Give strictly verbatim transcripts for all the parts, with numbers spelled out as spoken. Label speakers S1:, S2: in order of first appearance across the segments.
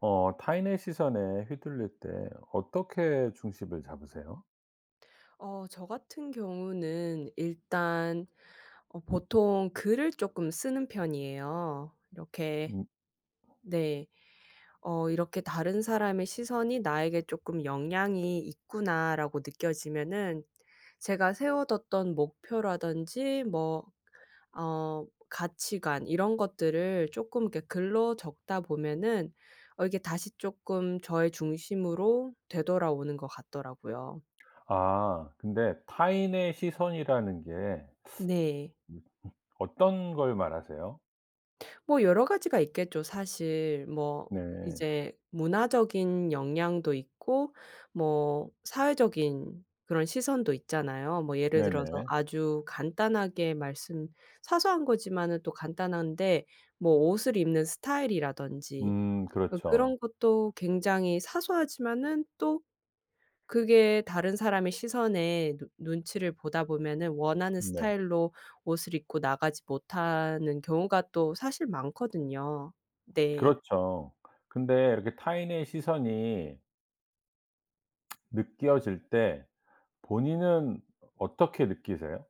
S1: 어 타인의 시선에 휘둘릴 때 어떻게 중심을 잡으세요?
S2: 어 저 같은 경우는 일단, 어 보통 글을 조금 쓰는 편이에요, 이렇게.
S1: 음.
S2: 네. 어 이렇게 '다른 사람의 시선이 나에게 조금 영향이 있구나.'라고 느껴지면은, 제가 세워뒀던 목표라든지 뭐, 어 가치관 이런 것들을 조금 이렇게 글로 적다 보면은, 어 이게 다시 조금 저의 중심으로 되돌아오는 것 같더라고요.
S1: 아, 근데 타인의 시선이라는 게
S2: 네.
S1: 어떤 걸 말하세요?
S2: 뭐 여러 가지가 있겠죠, 사실. 뭐
S1: 네.
S2: 이제 문화적인 영향도 있고, 뭐 사회적인 그런 시선도 있잖아요. 뭐 예를 들어서
S1: 네네.
S2: 아주 간단하게 말씀, 사소한 거지만은 또 간단한데, 뭐 옷을 입는 스타일이라든지,
S1: 음,
S2: 어
S1: 그렇죠.
S2: 그런 것도 굉장히 사소하지만은 또, 그게 다른 사람의 시선에 눈 눈치를 보다 보면은 원하는
S1: 네.
S2: 스타일로 옷을 입고 나가지 못하는 경우가 또 사실 많거든요. 네.
S1: 그렇죠. 근데 이렇게 타인의 시선이 느껴질 때 본인은 어떻게 느끼세요?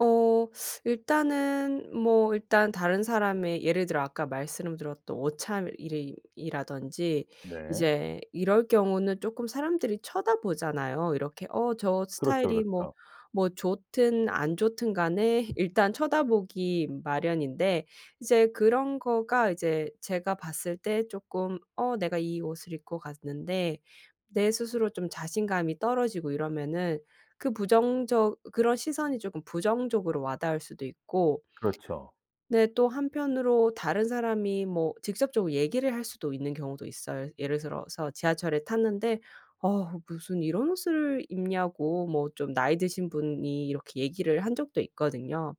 S2: 어 일단은 뭐 일단 다른 사람의, 예를 들어 아까 말씀드렸던 오참이라든지,
S1: 네.
S2: 이제 이럴 경우는 조금 사람들이 쳐다보잖아요. 이렇게 어 저
S1: 그렇죠,
S2: 스타일이 뭐
S1: 그렇죠.
S2: 뭐 좋든 안 좋든 간에 일단 쳐다보기 마련인데, 이제 그런 거가 이제 제가 봤을 때 조금 '어, 내가 이 옷을 입고 갔는데 내 스스로 좀 자신감이 떨어지고' 이러면은, 그 부정적 그런 시선이 조금 부정적으로 와 닿을 수도 있고.
S1: 그렇죠.
S2: 네, 또 한편으로 다른 사람이 뭐 직접적으로 얘기를 할 수도 있는 경우도 있어요. 예를 들어서 지하철에 탔는데 "어, 무슨 이런 옷을 입냐."고 뭐 좀 나이 드신 분이 이렇게 얘기를 한 적도 있거든요.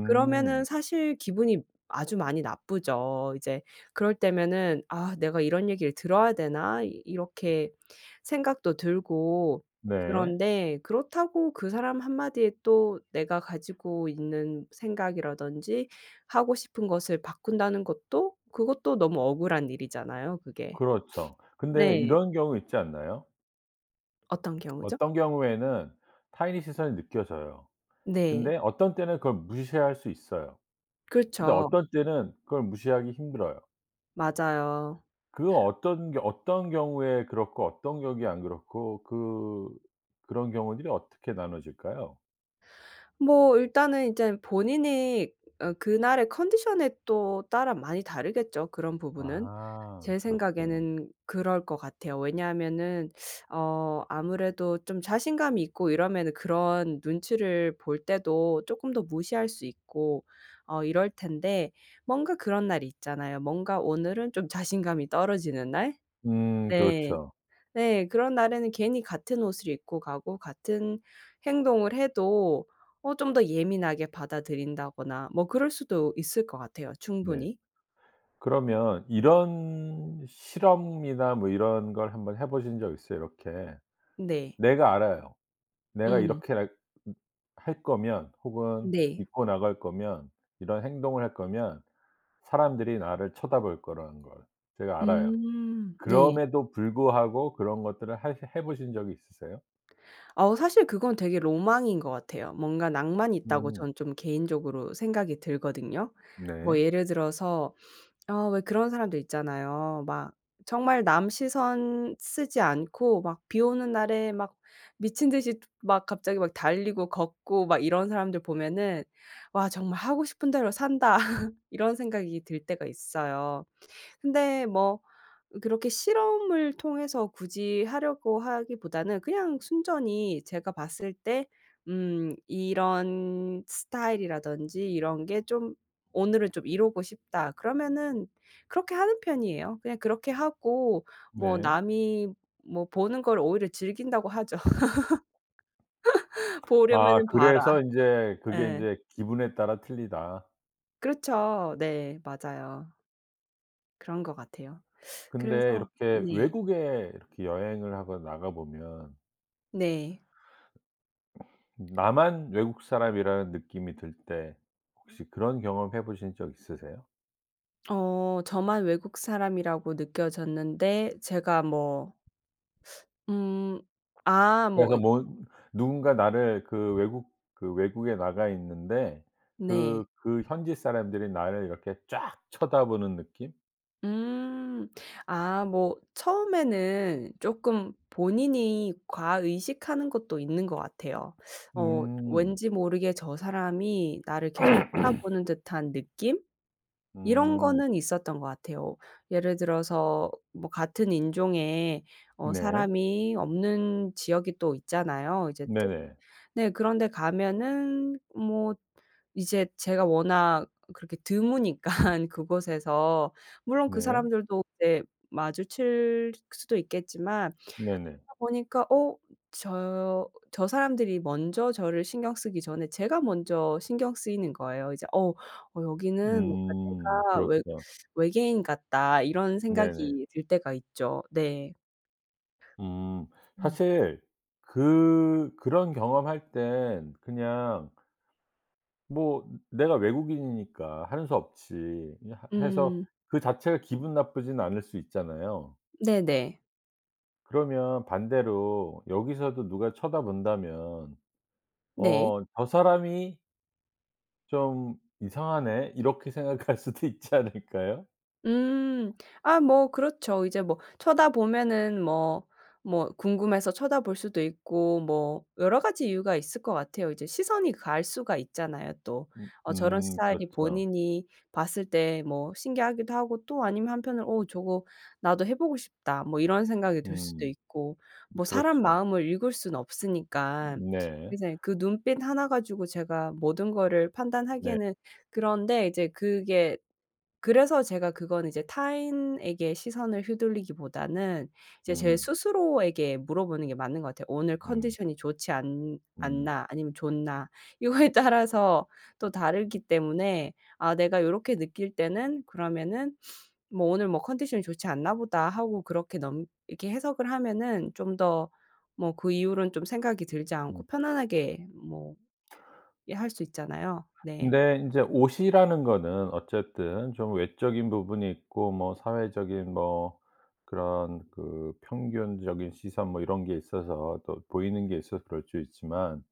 S2: 그러면은 사실 기분이 아주 많이 나쁘죠, 이제. 그럴 때면은 '아, 내가 이런 얘기를 들어야 되나?' 이 이렇게 생각도 들고,
S1: 네.
S2: 그런데 그렇다고 그 사람 한마디에 또 내가 가지고 있는 생각이라든지 하고 싶은 것을 바꾼다는 것도, 그것도 너무 억울한 일이잖아요, 그게.
S1: 그렇죠. 근데
S2: 네.
S1: 이런 경우 있지 않나요?
S2: 어떤 경우죠?
S1: 어떤 경우에는 타인의 시선이 느껴져요.
S2: 네.
S1: 근데 어떤 때는 그걸 무시할 수 있어요. 근데
S2: 그렇죠.
S1: 어떤 때는 그걸 무시하기 힘들어요.
S2: 맞아요.
S1: 그 어떤 게 어떤 경우에 그렇고 어떤 경우에 안 그렇고 그 그런 경우들이 어떻게 나눠질까요?
S2: 뭐 일단은 이제 본인이, 어 그날의 컨디션에 또 따라 많이 다르겠죠, 그런 부분은.
S1: 아,
S2: 제
S1: 그렇죠.
S2: 생각에는 그럴 것 같아요. 왜냐하면은 어 아무래도 좀 자신감이 있고 이러면은 그런 눈치를 볼 때도 조금 더 무시할 수 있고, 어 이럴 텐데, 뭔가 그런 날이 있잖아요. 뭔가 오늘은 좀 자신감이 떨어지는 날?
S1: 음,
S2: 네.
S1: 그렇죠.
S2: 네. 그런 날에는 괜히 같은 옷을 입고 가고 같은 행동을 해도, 어 좀 더 예민하게 받아들인다거나 뭐 그럴 수도 있을 것 같아요,
S1: 네.
S2: 충분히.
S1: 그러면 이런 실험이나 뭐 이런 걸 한번 해 보신 적 있어요? 이렇게
S2: 네.
S1: 내가 알아요. 내가
S2: 음.
S1: 이렇게 할 할 거면, 혹은
S2: 네.
S1: 입고 나갈 거면, 이런 행동을 할 거면 사람들이 나를 쳐다볼 거라는 걸 제가 알아요.
S2: 음. 네.
S1: 그럼에도 불구하고 그런 것들을 하시 해 보신 적이 있으세요?
S2: 어 사실 그건 되게 로망인 것 같아요. 뭔가 낭만이 있다고
S1: 음.
S2: 저는 좀 개인적으로 생각이 들거든요. 뭐
S1: 네.
S2: 예를 들어서, 아, 왜 그런 사람들 있잖아요. 막 정말 남 시선 쓰지 않고 막 비 오는 날에 막 미친 듯이 막 갑자기 막 달리고 걷고 막 이런 사람들 보면은 '와, 정말 하고 싶은 대로 산다.' 이런 생각이 들 때가 있어요. 근데 뭐 그렇게 실험을 통해서 굳이 하려고 하기보다는, 그냥 순전히 제가 봤을 때 음 이런 스타일이라든지 이런 게 좀, '오늘은 좀 이루고 싶다.' 그러면은 그렇게 하는 편이에요. 그냥 그렇게 하고, 뭐
S1: 네.
S2: 남이 뭐 보는 걸 오히려 즐긴다고 하죠.
S1: 아,
S2: "보려면은 봐라."
S1: 그래서 인제 그게
S2: 예.
S1: 인제 '기분에 따라 틀리다.'
S2: 그렇죠. 네. 맞아요. 그런 것 같아요.
S1: 근데
S2: 그래서
S1: 이렇게
S2: 네.
S1: 외국에 이렇게 여행을 하거나 나가 보면
S2: 네.
S1: 나만 외국 사람이라는 느낌이 들 때 혹시 그런 경험 해 보신 적 있으세요?
S2: 어 저만 외국 사람이라고 느껴졌는데 제가 뭐, 음 아
S1: 그래서
S2: 뭐.
S1: 뭐 누군가 나를 그 외국 그 외국에 나가 있는데
S2: 네.
S1: 그 그 현지 사람들이 나를 이렇게 쫙 쳐다보는 느낌?
S2: 음. 아, 뭐 처음에는 조금 본인이 과의식하는 것도 있는 것 같아요. 어
S1: 음.
S2: 왠지 모르게 저 사람이 나를 계속 쳐다보는 듯한 느낌? 이런
S1: 음.
S2: 거는 있었던 것 같아요. 예를 들어서 뭐 같은 인종의 어
S1: 네.
S2: 사람이 없는 지역이 또 있잖아요, 이제.
S1: 네네.
S2: 네. 그런데 가면은 뭐 이제 제가 워낙 그렇게 드무니깐 그곳에서 물론 그
S1: 네.
S2: 사람들도 이제 마주칠 수도 있겠지만,
S1: 네네.
S2: 보니까 '어, 저 저 사람들이 먼저 저를 신경 쓰기 전에 제가 먼저 신경 쓰이는 거예요.' 이제 '어 어 여기는 뭔가
S1: 음.
S2: 내가 외
S1: 그렇죠.
S2: 외계인 같다.' 이런
S1: 네네.
S2: 생각이 들 때가 있죠. 네.
S1: 음.
S2: 음.
S1: 사실 그 그런 경험할 땐 그냥, 뭐 내가 외국인이니까 하는 수 없지, 이 하 해서
S2: 음.
S1: 그 자체가 기분 나쁘진 않을 수 있잖아요.
S2: 네네.
S1: 그러면 반대로 여기서도 누가 쳐다본다면
S2: 네.
S1: '어, 저 사람이 좀 이상하네.' 이렇게 생각할 수도 있지 않을까요?
S2: 음. 아, 뭐 그렇죠. 이제 뭐 쳐다보면은 뭐 뭐 궁금해서 쳐다볼 수도 있고 뭐 여러 가지 이유가 있을 것 같아요. 이제 시선이 갈 수가 있잖아요, 또. 어 저런
S1: 음,
S2: 스타일이
S1: 그렇죠.
S2: 본인이 봤을 때 뭐 신기하기도 하고, 또 아니면 한편으로 '어, 저거 나도 해 보고 싶다.' 뭐 이런 생각이 들 수도
S1: 음,
S2: 있고, 뭐 사람
S1: 그렇죠.
S2: 마음을 읽을 수는 없으니까.
S1: 네.
S2: 그래서 그 눈빛 하나 가지고 제가 모든 거를
S1: 네.
S2: 판단하기에는, 그런데 이제 그게, 그래서 제가 그건 이제 타인에게 시선을 휘둘리기보다는 이제 제
S1: 음.
S2: 스스로에게 물어보는 게 맞는 것 같아요. '오늘
S1: 음.
S2: 컨디션이 좋지 않
S1: 음.
S2: 않나 아니면 좋나.' 이거에 따라서 또 다르기 때문에, 아, 내가 요렇게 느낄 때는 그러면은 뭐 '오늘 뭐 컨디션이 좋지 않나 보다.' 하고 그렇게 넘 이렇게 해석을 하면은 좀 더, 뭐 그 이후로는 좀 생각이 들지
S1: 음.
S2: 않고 편안하게 뭐 예 할 수 있잖아요. 네.
S1: 근데 인제 옷이라는 거는 어쨌든 좀 외적인 부분이 있고, 뭐 사회적인, 뭐 그런 그 평균적인 시선, 뭐 이런 게 있어서 또 보이는 게 있어서 그럴 수 있지만,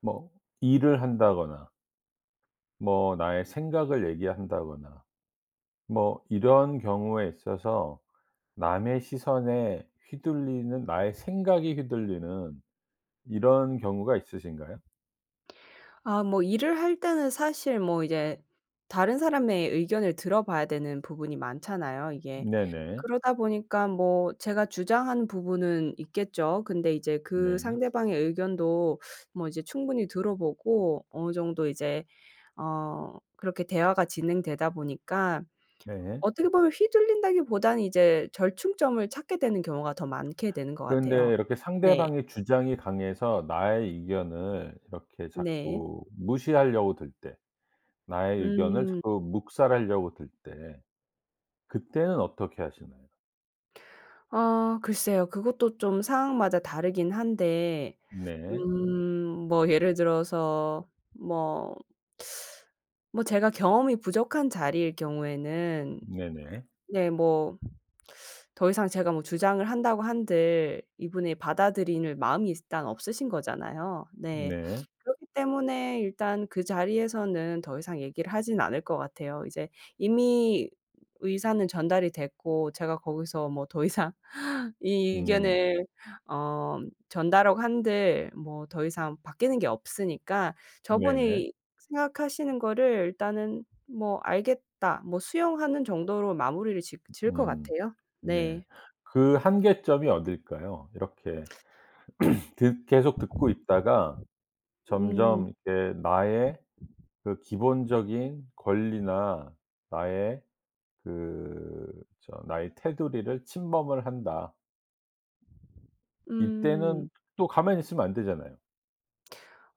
S1: 뭐 일을 한다거나 뭐 나의 생각을 얘기한다거나 뭐 이런 경우에 있어서 남의 시선에 휘둘리는, 나의 생각이 휘둘리는 이런 경우가 있으신가요?
S2: 아, 뭐 일을 할 때는 사실 뭐 이제 다른 사람의 의견을 들어봐야 되는 부분이 많잖아요, 이게.
S1: 네네.
S2: 그러다 보니까 뭐 제가 주장하는 부분은 있겠죠. 근데 이제 그
S1: 네.
S2: 상대방의 의견도 뭐 이제 충분히 들어보고 어느 정도 이제, 어 그렇게 대화가 진행되다 보니까,
S1: 네.
S2: 어떻게 보면 휘둘린다기보다는 이제 절충점을 찾게 되는 경우가 더 많게 되는 것 같아요.
S1: 근데 이렇게
S2: 네.
S1: 상대방의 주장이 강해서 나의 의견을 이렇게
S2: 네.
S1: 자꾸 무시하려고 들 때, 나의 의견을
S2: 음.
S1: 자꾸 묵살하려고 들 때 그때는 어떻게 하시나요?
S2: 아, 글쎄요. 그것도 좀 상황마다 다르긴 한데,
S1: 네.
S2: 음 뭐 예를 들어서 뭐 뭐 제가 경험이 부족한 자리일 경우에는,
S1: 네네.
S2: 네뭐, 더 이상 제가 뭐 주장을 한다고 한들 이분이 받아들이는 마음이 일단 없으신 거잖아요. 네.
S1: 네.
S2: 그렇기 때문에 일단 그 자리에서는 더 이상 얘기를 하진 않을 것 같아요, 이제. 이미 의사는 전달이 됐고 제가 거기서 뭐 더 이상 이
S1: 음.
S2: 의견을 어 전달하고 한들 뭐 더 이상 바뀌는 게 없으니까,
S1: 네네.
S2: 저분이 생각하시는 거를 일단은 뭐 '알겠다.' 뭐 수용하는 정도로 마무리를 지 지을 것
S1: 음.
S2: 같아요.
S1: 네.
S2: 네.
S1: 그 한계점이 어딜까요? 이렇게 듣 계속 듣고 있다가
S2: 음.
S1: 점점 이렇게 나의 그 기본적인 권리나 나의 그 저 나의 테두리를 침범을 한다.
S2: 음.
S1: 이때는 또 가만히 있으면 안 되잖아요.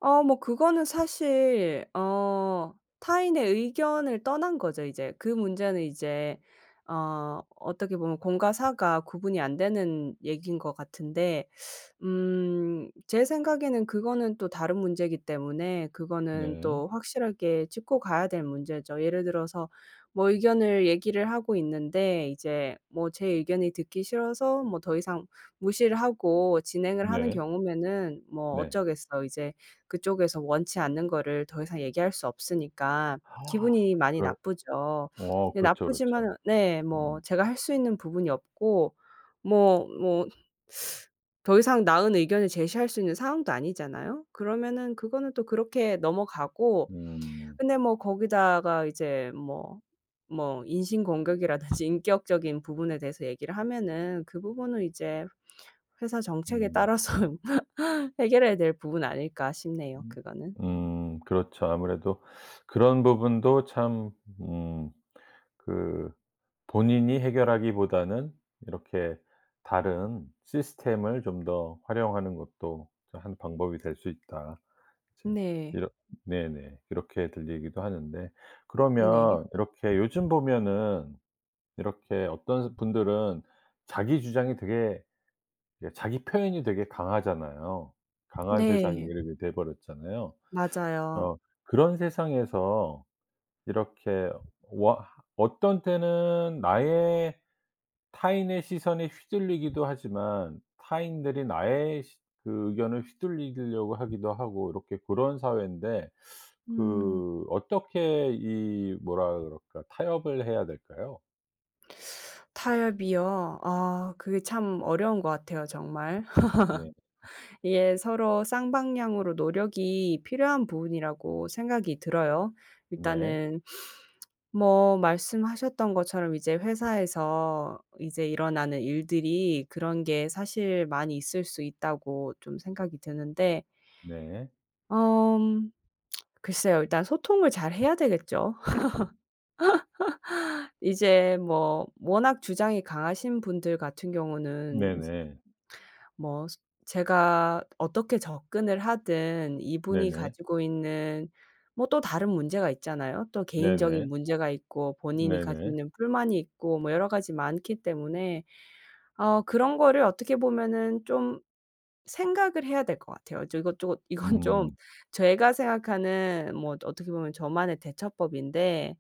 S2: 어 뭐 그거는 사실, 어 타인의 의견을 떠난 거죠, 이제. 그 문제는 이제 어 어떻게 보면 공과 사가 구분이 안 되는 얘기인 것 같은데, 음 제 생각에는 그거는 또 다른 문제이기 때문에, 그거는
S1: 네.
S2: 또 확실하게 짚고 가야 될 문제죠. 예를 들어서 뭐 의견을 얘기를 하고 있는데 이제, 뭐 제 의견이 듣기 싫어서 뭐 더 이상 무시를 하고 진행을 하는
S1: 네.
S2: 경우면은, 뭐
S1: 네.
S2: 어쩌겠어. 이제 그쪽에서 원치 않는 거를 더 이상 얘기할 수 없으니까,
S1: 아
S2: 기분이 많이
S1: 그럴
S2: 나쁘죠.
S1: 어
S2: 근데 나
S1: 그렇죠,
S2: 쁘지
S1: 그렇죠.
S2: 만 네, 뭐
S1: 음.
S2: 제가 할 수 있는 부분이 없고, 뭐뭐 더 이상 나은 의견을 제시할 수 있는 상황도 아니잖아요. 그러면은 그거는 또 그렇게 넘어가고,
S1: 음.
S2: 근데 뭐 거기다가 이제 뭐 뭐 인신공격이라든지 인격적인 부분에 대해서 얘기를 하면은, 그 부분은 이제 회사 정책에
S1: 음.
S2: 따라서 해결해야 될 부분 아닐까 싶네요,
S1: 음.
S2: 그거는.
S1: 음. 그렇죠. 아무래도 그런 부분도 참음 그, 본인이 해결하기보다는 이렇게 다른 시스템을 좀 더 활용하는 것도 저 한 방법이 될 수 있다. 이제
S2: 네.
S1: 이렇 네네, 이렇게 들리기도 하는데.
S2: 네.
S1: 그러면 이렇게 요즘 보면은 이렇게 어떤 분들은 자기 주장이 되게, 예, 자기 표현이 되게 강하잖아요. 강한 세상이
S2: 네.
S1: 이렇게 돼 버렸잖아요.
S2: 맞아요.
S1: 어 그런 세상에서 이렇게 워 어떤 때는 나의 타인의 시선에 휘둘리기도 하지만, 타인들이 나의 시 그 의견을 휘둘리려고 하기도 하고, 이렇게 그런 사회인데
S2: 음.
S1: 그 어떻게 이, 뭐라 그럴까, 타협을 해야 될까요?
S2: 타협이요? 아, 그게 참 어려운 것 같아요, 정말.
S1: 네.
S2: 예, 서로 쌍방향으로 노력이 필요한 부분이라고 생각이 들어요.
S1: 네.
S2: 일단은 뭐 말씀하셨던 것처럼 이제 회사에서 이제 일어나는 일들이 그런 게 사실 많이 있을 수 있다고 좀 생각이 드는데,
S1: 네.
S2: 음 글쎄요. 일단 소통을 잘 해야 되겠죠. 이제 뭐 워낙 주장이 강하신 분들 같은 경우는,
S1: 네네.
S2: 뭐 스 제가 어떻게 접근을 하든 이분이
S1: 네네.
S2: 가지고 있는, 뭐 또 다른 문제가 있잖아요. 또 개인적인
S1: 네네.
S2: 문제가 있고 본인이 가지고
S1: 네네.
S2: 있는 불만이 있고 뭐 여러 가지 많기 때문에, 어 그런 거를 어떻게 보면은 좀 생각을 해야 될 것 같아요. 저, 이것저것 이건 좀,
S1: 음.
S2: 제가 생각하는 뭐 어떻게 보면 저만의 대처법인데,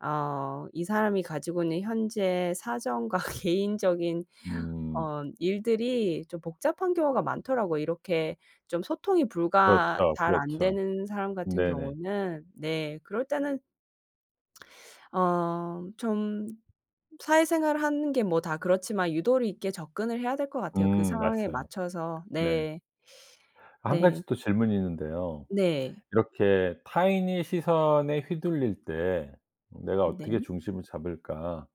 S2: 어 이 사람이 가지고 있는 현재 사정과 개인적인
S1: 음.
S2: 어 일들이 좀 복잡한 경우가 많더라고요. 이렇게 좀 소통이 불가
S1: 그렇죠,
S2: 잘 안
S1: 그렇죠.
S2: 되는 사람 같은
S1: 네네.
S2: 경우는, 네, 그럴 때는 어 좀 사회생활 하는 게 뭐 다 그렇지만 유도리 있게 접근을 해야 될 것 같아요, 그
S1: 음,
S2: 상황에
S1: 맞아요.
S2: 맞춰서.
S1: 네.
S2: 네.
S1: 한
S2: 네.
S1: 가지 또 질문이 있는데요.
S2: 네.
S1: 이렇게 타인의 시선에 휘둘릴 때 '내가 어떻게
S2: 네.
S1: 중심을 잡을까.'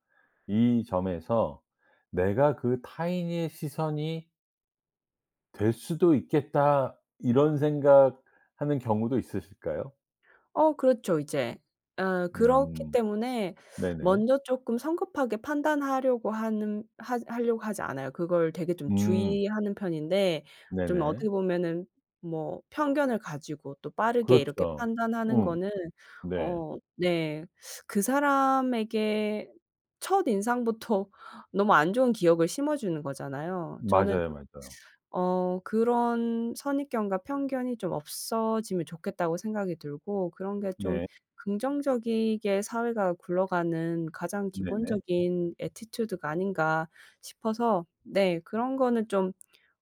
S1: 이 점에서 '내가 그 타인의 시선이 될 수도 있겠다.' 이런 생각하는 경우도 있으실까요?
S2: 어 그렇죠, 이제. 어 그렇기
S1: 음.
S2: 때문에
S1: 네네.
S2: 먼저 쪼끔 성급하게 판단하려고 하는, 하 하려고 하지 않아요. 그걸 되게 좀
S1: 음.
S2: 주의하는 편인데, 좀
S1: 네네.
S2: 어떻게 보면은 뭐 편견을 가지고 또 빠르게 이렇게
S1: 그렇죠.
S2: 판단하는
S1: 음,
S2: 거는,
S1: 네.
S2: 어, 네. 그 사람에게 첫인상부터 너무 안 좋은 기억을 심어주는 거잖아요. 저는
S1: 맞아요, 맞아요.
S2: 어 그런 선입견과 편견이 좀 없어지면 좋겠다고 생각이 들고, 그런 게 좀
S1: 네.
S2: 긍정적이게 사회가 굴러가는 가장
S1: 네네.
S2: 기본적인 애티튜드가 아닌가 싶어서, 네, 그런 거는 좀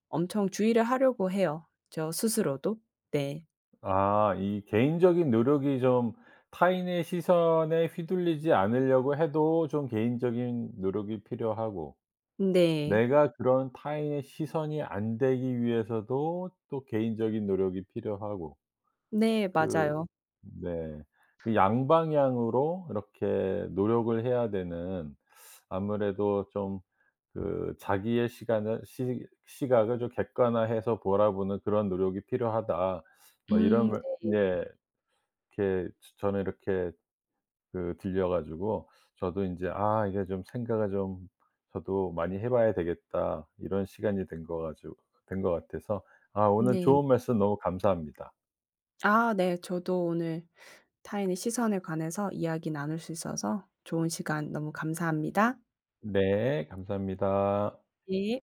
S2: 엄청 주의를 하려고 해요, 저 스스로도. 네.
S1: 아, 이 개인적인 노력이 좀, 타인의 시선에 휘둘리지 않으려고 해도 좀 개인적인 노력이 필요하고,
S2: 네.
S1: 내가 그런 타인의 시선이 안 되기 위해서도 또 개인적인 노력이 필요하고,
S2: 네,
S1: 그
S2: 맞아요.
S1: 네, 그 양방향으로 이렇게 노력을 해야 되는, 아무래도 좀 그 자기의 시간을 시 시각을 좀 객관화해서 바라보는 그런 노력이 필요하다. 뭐 이런
S2: 음.
S1: 말, 네. 이렇게 저 저는 이렇게 그 들려 가지고 저도 이제 '아 이게 좀 생각을 좀 저도 많이 해 봐야 되겠다.' 이런 시간이 된 거 가지고 된 것 같아서. 아, 오늘
S2: 네.
S1: 좋은 말씀 너무 감사합니다.
S2: 아, 네. 저도 오늘 타인의 시선에 관해서 이야기 나눌 수 있어서 좋은 시간 너무 감사합니다.
S1: 네. 감사합니다.
S2: 네.